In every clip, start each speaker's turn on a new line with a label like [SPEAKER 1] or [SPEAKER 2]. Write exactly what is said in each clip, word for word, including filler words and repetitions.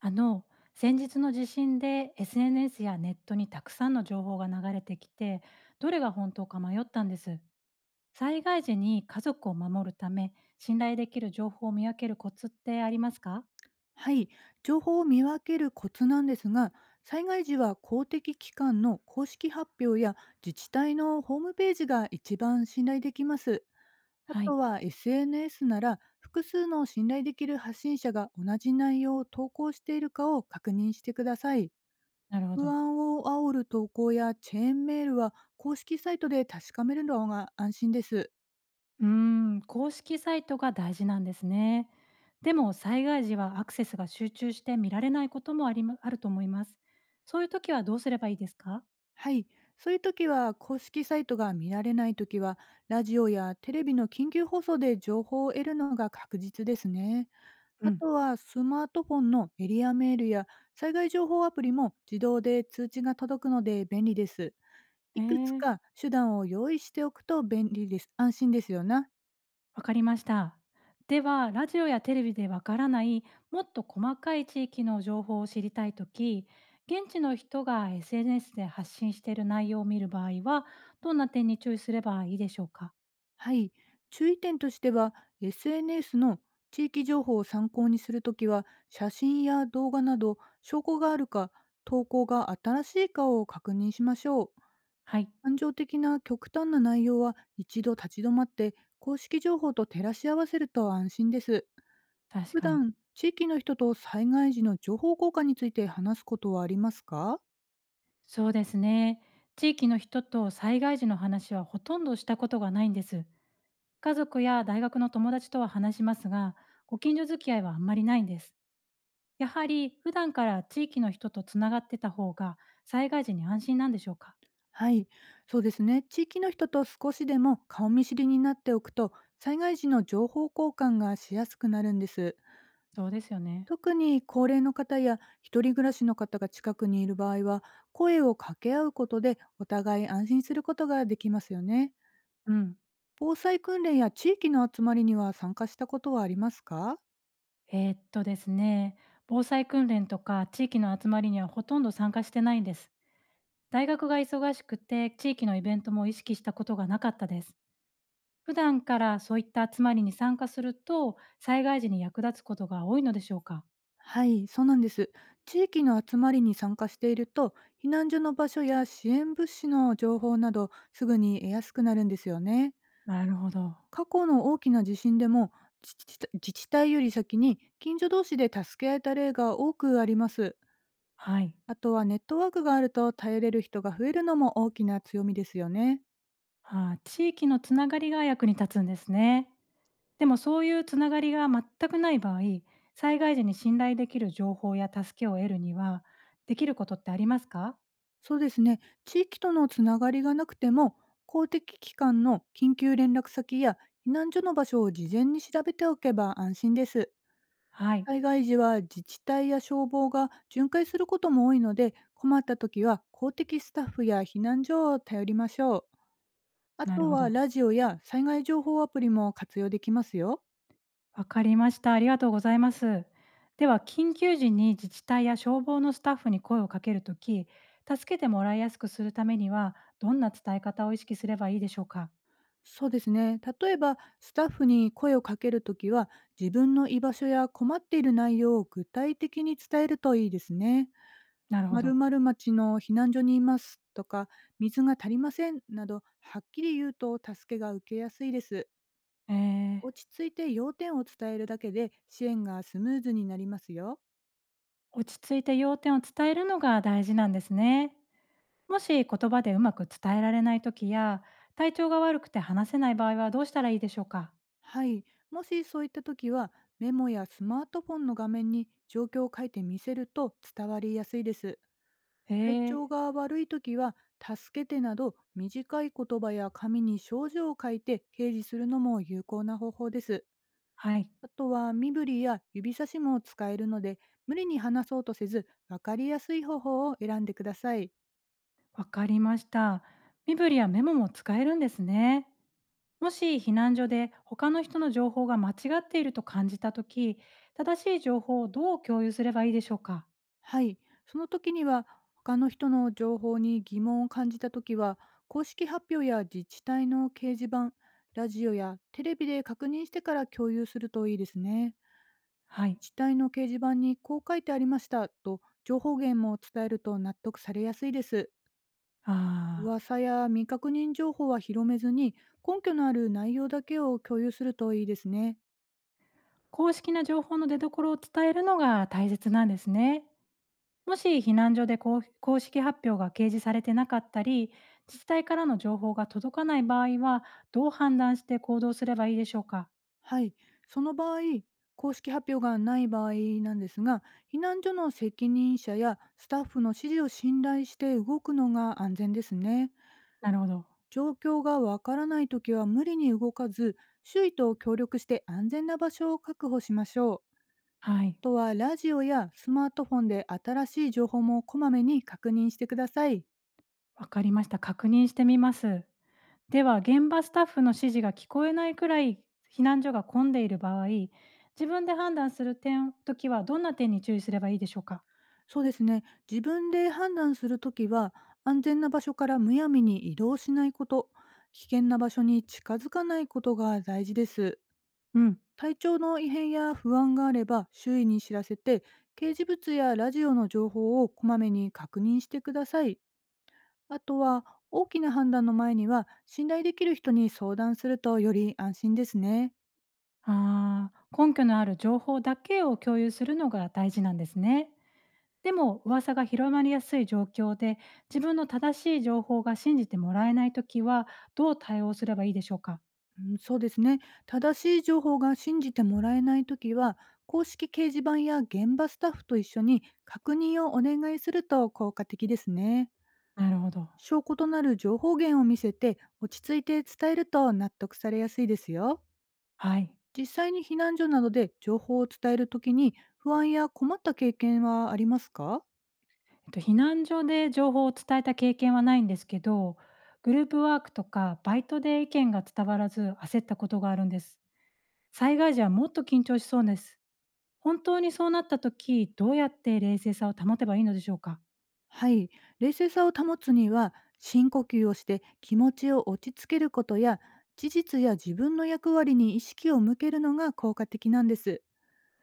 [SPEAKER 1] あの先日の地震で エスエヌエス やネットにたくさんの情報が流れてきて、どれが本当か迷ったんです。災害時に家族を守るため、信頼できる情報を見分けるコツってありますか？
[SPEAKER 2] はい、情報を見分けるコツなんですが、災害時は公的機関の公式発表や自治体のホームページが一番信頼できます。あ
[SPEAKER 1] は
[SPEAKER 2] と
[SPEAKER 1] い。
[SPEAKER 2] は エスエヌエス なら複数の信頼できる発信者が同じ内容を投稿しているかを確認してください。
[SPEAKER 1] なるほ
[SPEAKER 2] 不
[SPEAKER 1] ど。
[SPEAKER 2] 安を煽る投稿やチェーンメールは公式サイトで確かめるのが安心です。
[SPEAKER 1] うーん公式サイトが大事なんですね。でも災害時はアクセスが集中して見られないこともありまあると思います。そういう時はどうすればいいですか？
[SPEAKER 2] はい、そういう時は公式サイトが見られない時は、ラジオやテレビの緊急放送で情報を得るのが確実ですね。
[SPEAKER 1] う
[SPEAKER 2] あ
[SPEAKER 1] ん。
[SPEAKER 2] とはスマートフォンのエリアメールや災害情報アプリも自動で通知が届くので便利です。
[SPEAKER 1] え
[SPEAKER 2] いくつ
[SPEAKER 1] ー
[SPEAKER 2] か手段を用意しておくと便利です。安心ですよね。
[SPEAKER 1] わかりました。では、ラジオやテレビでわからない、もっと細かい地域の情報を知りたいとき、現地の人が エスエヌエス で発信している内容を見る場合は、どんな点に注意すればいいでしょうか？
[SPEAKER 2] はい、注意点としては、 エスエヌエス の地域情報を参考にするときは写真や動画など証拠があるか、投稿が新しいかを確認しましょう。
[SPEAKER 1] はい。
[SPEAKER 2] 感情的な極端な内容は一度立ち止まって公式情報と照らし合わせると安心です。
[SPEAKER 1] 確
[SPEAKER 2] 普
[SPEAKER 1] かに。
[SPEAKER 2] 段地域の人と災害時の情報交換について話すことはありますか？
[SPEAKER 1] そうですね。地域の人と災害時の話はほとんどしたことがないんです。家族や大学の友達とは話しますが、ご近所付き合いはあんまりないんです。やはり普段から地域の人とつながってた方が、災害時に安心なんでしょうか？
[SPEAKER 2] はい、そうですね。地域の人と少しでも顔見知りになっておくと、災害時の情報交換がしやすくなるんです。
[SPEAKER 1] そうですよね。
[SPEAKER 2] 特に高齢の方や一人暮らしの方が近くにいる場合は、声を掛け合うことでお互い安心することができますよね。
[SPEAKER 1] うん。
[SPEAKER 2] 防災訓練や地域の集まりには参加したことはありますか？
[SPEAKER 1] えーっとですね、防災訓練とか地域の集まりにはほとんど参加してないんです。大学が忙しくて、地域のイベントも意識したことがなかったです。普段からそういった集まりに参加すると、災害時に役立つことが多いのでしょうか？
[SPEAKER 2] はい、そうなんです。地域の集まりに参加していると、避難所の場所や支援物資の情報などすぐに得やすくなるんですよね。
[SPEAKER 1] なるほど。
[SPEAKER 2] 過去の大きな地震でも自治体自治体より先に近所同士で助け合えた例が多くあります。
[SPEAKER 1] はい。
[SPEAKER 2] あとはネットワークがあると頼れる人が増えるのも大きな強みですよね。
[SPEAKER 1] あー、地域のつながりが役に立つんですね。でもそういうつながりが全くない場合、災害時に信頼できる情報や助けを得るには、できることってありますか？
[SPEAKER 2] そうですね。地域とのつながりがなくても、公的機関の緊急連絡先や避難所の場所を事前に調べておけば安心です。
[SPEAKER 1] はい。
[SPEAKER 2] 災害時は自治体や消防が巡回することも多いので、困った時は公的スタッフや避難所を頼りましょう。あ
[SPEAKER 1] なる
[SPEAKER 2] と
[SPEAKER 1] ほ
[SPEAKER 2] は
[SPEAKER 1] ど。
[SPEAKER 2] ラジオや災害情報アプリも活用できますよ。
[SPEAKER 1] わかりました。ありがとうございます。では、緊急時に自治体や消防のスタッフに声をかけるとき、助けてもらいやすくするためには、どんな伝え方を意識すればいいでしょうか？
[SPEAKER 2] そうですね。例えば、スタッフに声をかけるときは、自分の居場所や困っている内容を具体的に伝えるといいですね。
[SPEAKER 1] なるほ
[SPEAKER 2] 〇
[SPEAKER 1] ど。
[SPEAKER 2] 〇町の避難所にいますとか、水が足りませんなど、はっきり言うと助けが受けやすいです。
[SPEAKER 1] えー、
[SPEAKER 2] 落ち着いて要点を伝えるだけで支援がスムーズになりますよ。
[SPEAKER 1] 落ち着いて要点を伝えるのが大事なんですね。もし言葉でうまく伝えられない時や、体調が悪くて話せない場合は、どうしたらいいでしょうか？
[SPEAKER 2] はい、もしそういった時は、メモやスマートフォンの画面に状況を書いて見せると伝わりやすいです。
[SPEAKER 1] へ
[SPEAKER 2] 体
[SPEAKER 1] え。
[SPEAKER 2] 調が悪い時は「助けて」など短い言葉や紙に症状を書いて掲示するのも有効な方法です。
[SPEAKER 1] はい。
[SPEAKER 2] あとは身振りや指差しも使えるので、無理に話そうとせず分かりやすい方法を選んでください。
[SPEAKER 1] わかりました。身振りやメモも使えるんですね。もし避難所で他の人の情報が間違っていると感じたとき、正しい情報をどう共有すればいいでしょうか？
[SPEAKER 2] はい、その時には、他の人の情報に疑問を感じた時は、公式発表や自治体の掲示板、ラジオやテレビで確認してから共有するといいですね。
[SPEAKER 1] はい。
[SPEAKER 2] 自治体の掲示板にこう書いてありましたと情報源も伝えると納得されやすいです。
[SPEAKER 1] ああ、
[SPEAKER 2] 噂や未確認情報は広めずに、根拠のある内容だけを共有するといいですね。
[SPEAKER 1] 公式な情報の出所を伝えるのが大切なんですね。もし避難所で公公式発表が掲示されてなかったり、自治体からの情報が届かない場合は、どう判断して行動すればいいでしょうか？
[SPEAKER 2] はい、その場合、公式発表がない場合なんですが、避難所の責任者やスタッフの指示を信頼して動くのが安全ですね。
[SPEAKER 1] なるほど。
[SPEAKER 2] 状況がわからないときは無理に動かず、周囲と協力して安全な場所を確保しましょう。
[SPEAKER 1] はい。
[SPEAKER 2] あとはラジオやスマートフォンで新しい情報もこまめに確認してください。
[SPEAKER 1] わかりました。確認してみます。では、現場スタッフの指示が聞こえないくらい避難所が混んでいる場合、自分で判断する点、時はどんな点に注意すればいいでしょうか？
[SPEAKER 2] そうですね。自分で判断するときは、安全な場所からむやみに移動しないこと、危険な場所に近づかないことが大事です。
[SPEAKER 1] うん。
[SPEAKER 2] 体調の異変や不安があれば周囲に知らせて、掲示物やラジオの情報をこまめに確認してください。あとは、大きな判断の前には、信頼できる人に相談するとより安心ですね。
[SPEAKER 1] ああ、根拠のある情報だけを共有するのが大事なんですね。でも噂が広まりやすい状況で、自分の正しい情報が信じてもらえないときは、どう対応すればいいでしょうか？
[SPEAKER 2] うん、そうですね。正しい情報が信じてもらえないときは、公式掲示板や現場スタッフと一緒に確認をお願いすると効果的ですね。
[SPEAKER 1] なるほど。
[SPEAKER 2] 証拠となる情報源を見せて、落ち着いて伝えると納得されやすいですよ。
[SPEAKER 1] はい。
[SPEAKER 2] 実際に避難所などで情報を伝えるときに、不安や困った経験はありますか？
[SPEAKER 1] えっと、避難所で情報を伝えた経験はないんですけど、グループワークとかバイトで意見が伝わらず焦ったことがあるんです。災害時はもっと緊張しそうです。本当にそうなった時、どうやって冷静さを保てばいいのでしょうか？
[SPEAKER 2] はい、冷静さを保つには、深呼吸をして気持ちを落ち着けることや、事実や自分の役割に意識を向けるのが効果的なんです。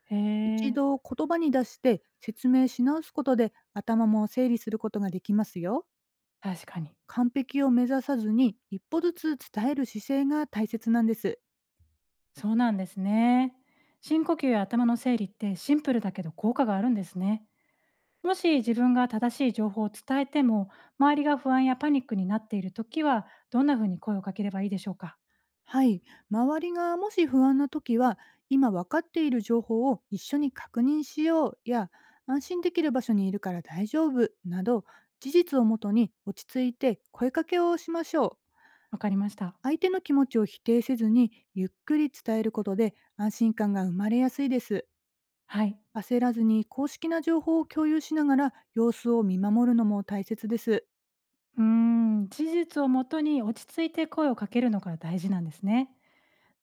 [SPEAKER 1] え
[SPEAKER 2] 一
[SPEAKER 1] ー、
[SPEAKER 2] 度言葉に出して説明し直すことで頭も整理することができますよ。
[SPEAKER 1] 確かに。
[SPEAKER 2] 完璧を目指さずに一歩ずつ伝える姿勢が大切なんです。
[SPEAKER 1] そうなんですね。深呼吸や頭の整理って、シンプルだけど効果があるんですね。もし自分が正しい情報を伝えても、周りが不安やパニックになっているときは、どんなふうに声をかければいいでしょうか？
[SPEAKER 2] はい、周りがもし不安な時は、今分かっている情報を一緒に確認しようや、安心できる場所にいるから大丈夫など、事実をもとに落ち着いて声かけをしましょう。
[SPEAKER 1] わかりました。
[SPEAKER 2] 相手の気持ちを否定せずに、ゆっくり伝えることで安心感が生まれやすいです。
[SPEAKER 1] はい。
[SPEAKER 2] 焦らずに公式な情報を共有しながら様子を見守るのも大切です。
[SPEAKER 1] うーん、事実をもとに落ち着いて声をかけるのが大事なんですね。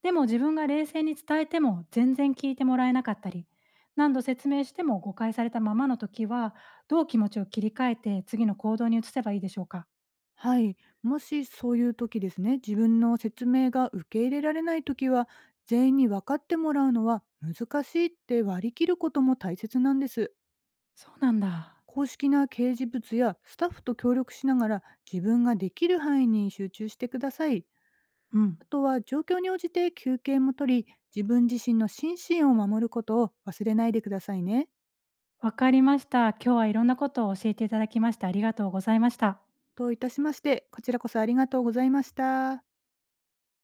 [SPEAKER 1] でも自分が冷静に伝えても全然聞いてもらえなかったり、何度説明しても誤解されたままの時は、どう気持ちを切り替えて次の行動に移せばいいでしょうか？
[SPEAKER 2] はい、もしそういう時ですね、自分の説明が受け入れられない時は、全員に分かってもらうのは難しいって割り切ることも大切なんです。
[SPEAKER 1] そうなんだ。
[SPEAKER 2] 公式な掲示物やスタッフと協力しながら、自分ができる範囲に集中してください。
[SPEAKER 1] うん。
[SPEAKER 2] あとは状況に応じて休憩も取り、自分自身の心身を守ることを忘れないでくださいね。
[SPEAKER 1] わかりました。今日はいろんなことを教えていただきまして、ありがとうございました。
[SPEAKER 2] といたしまして、こちらこそありがとうございました。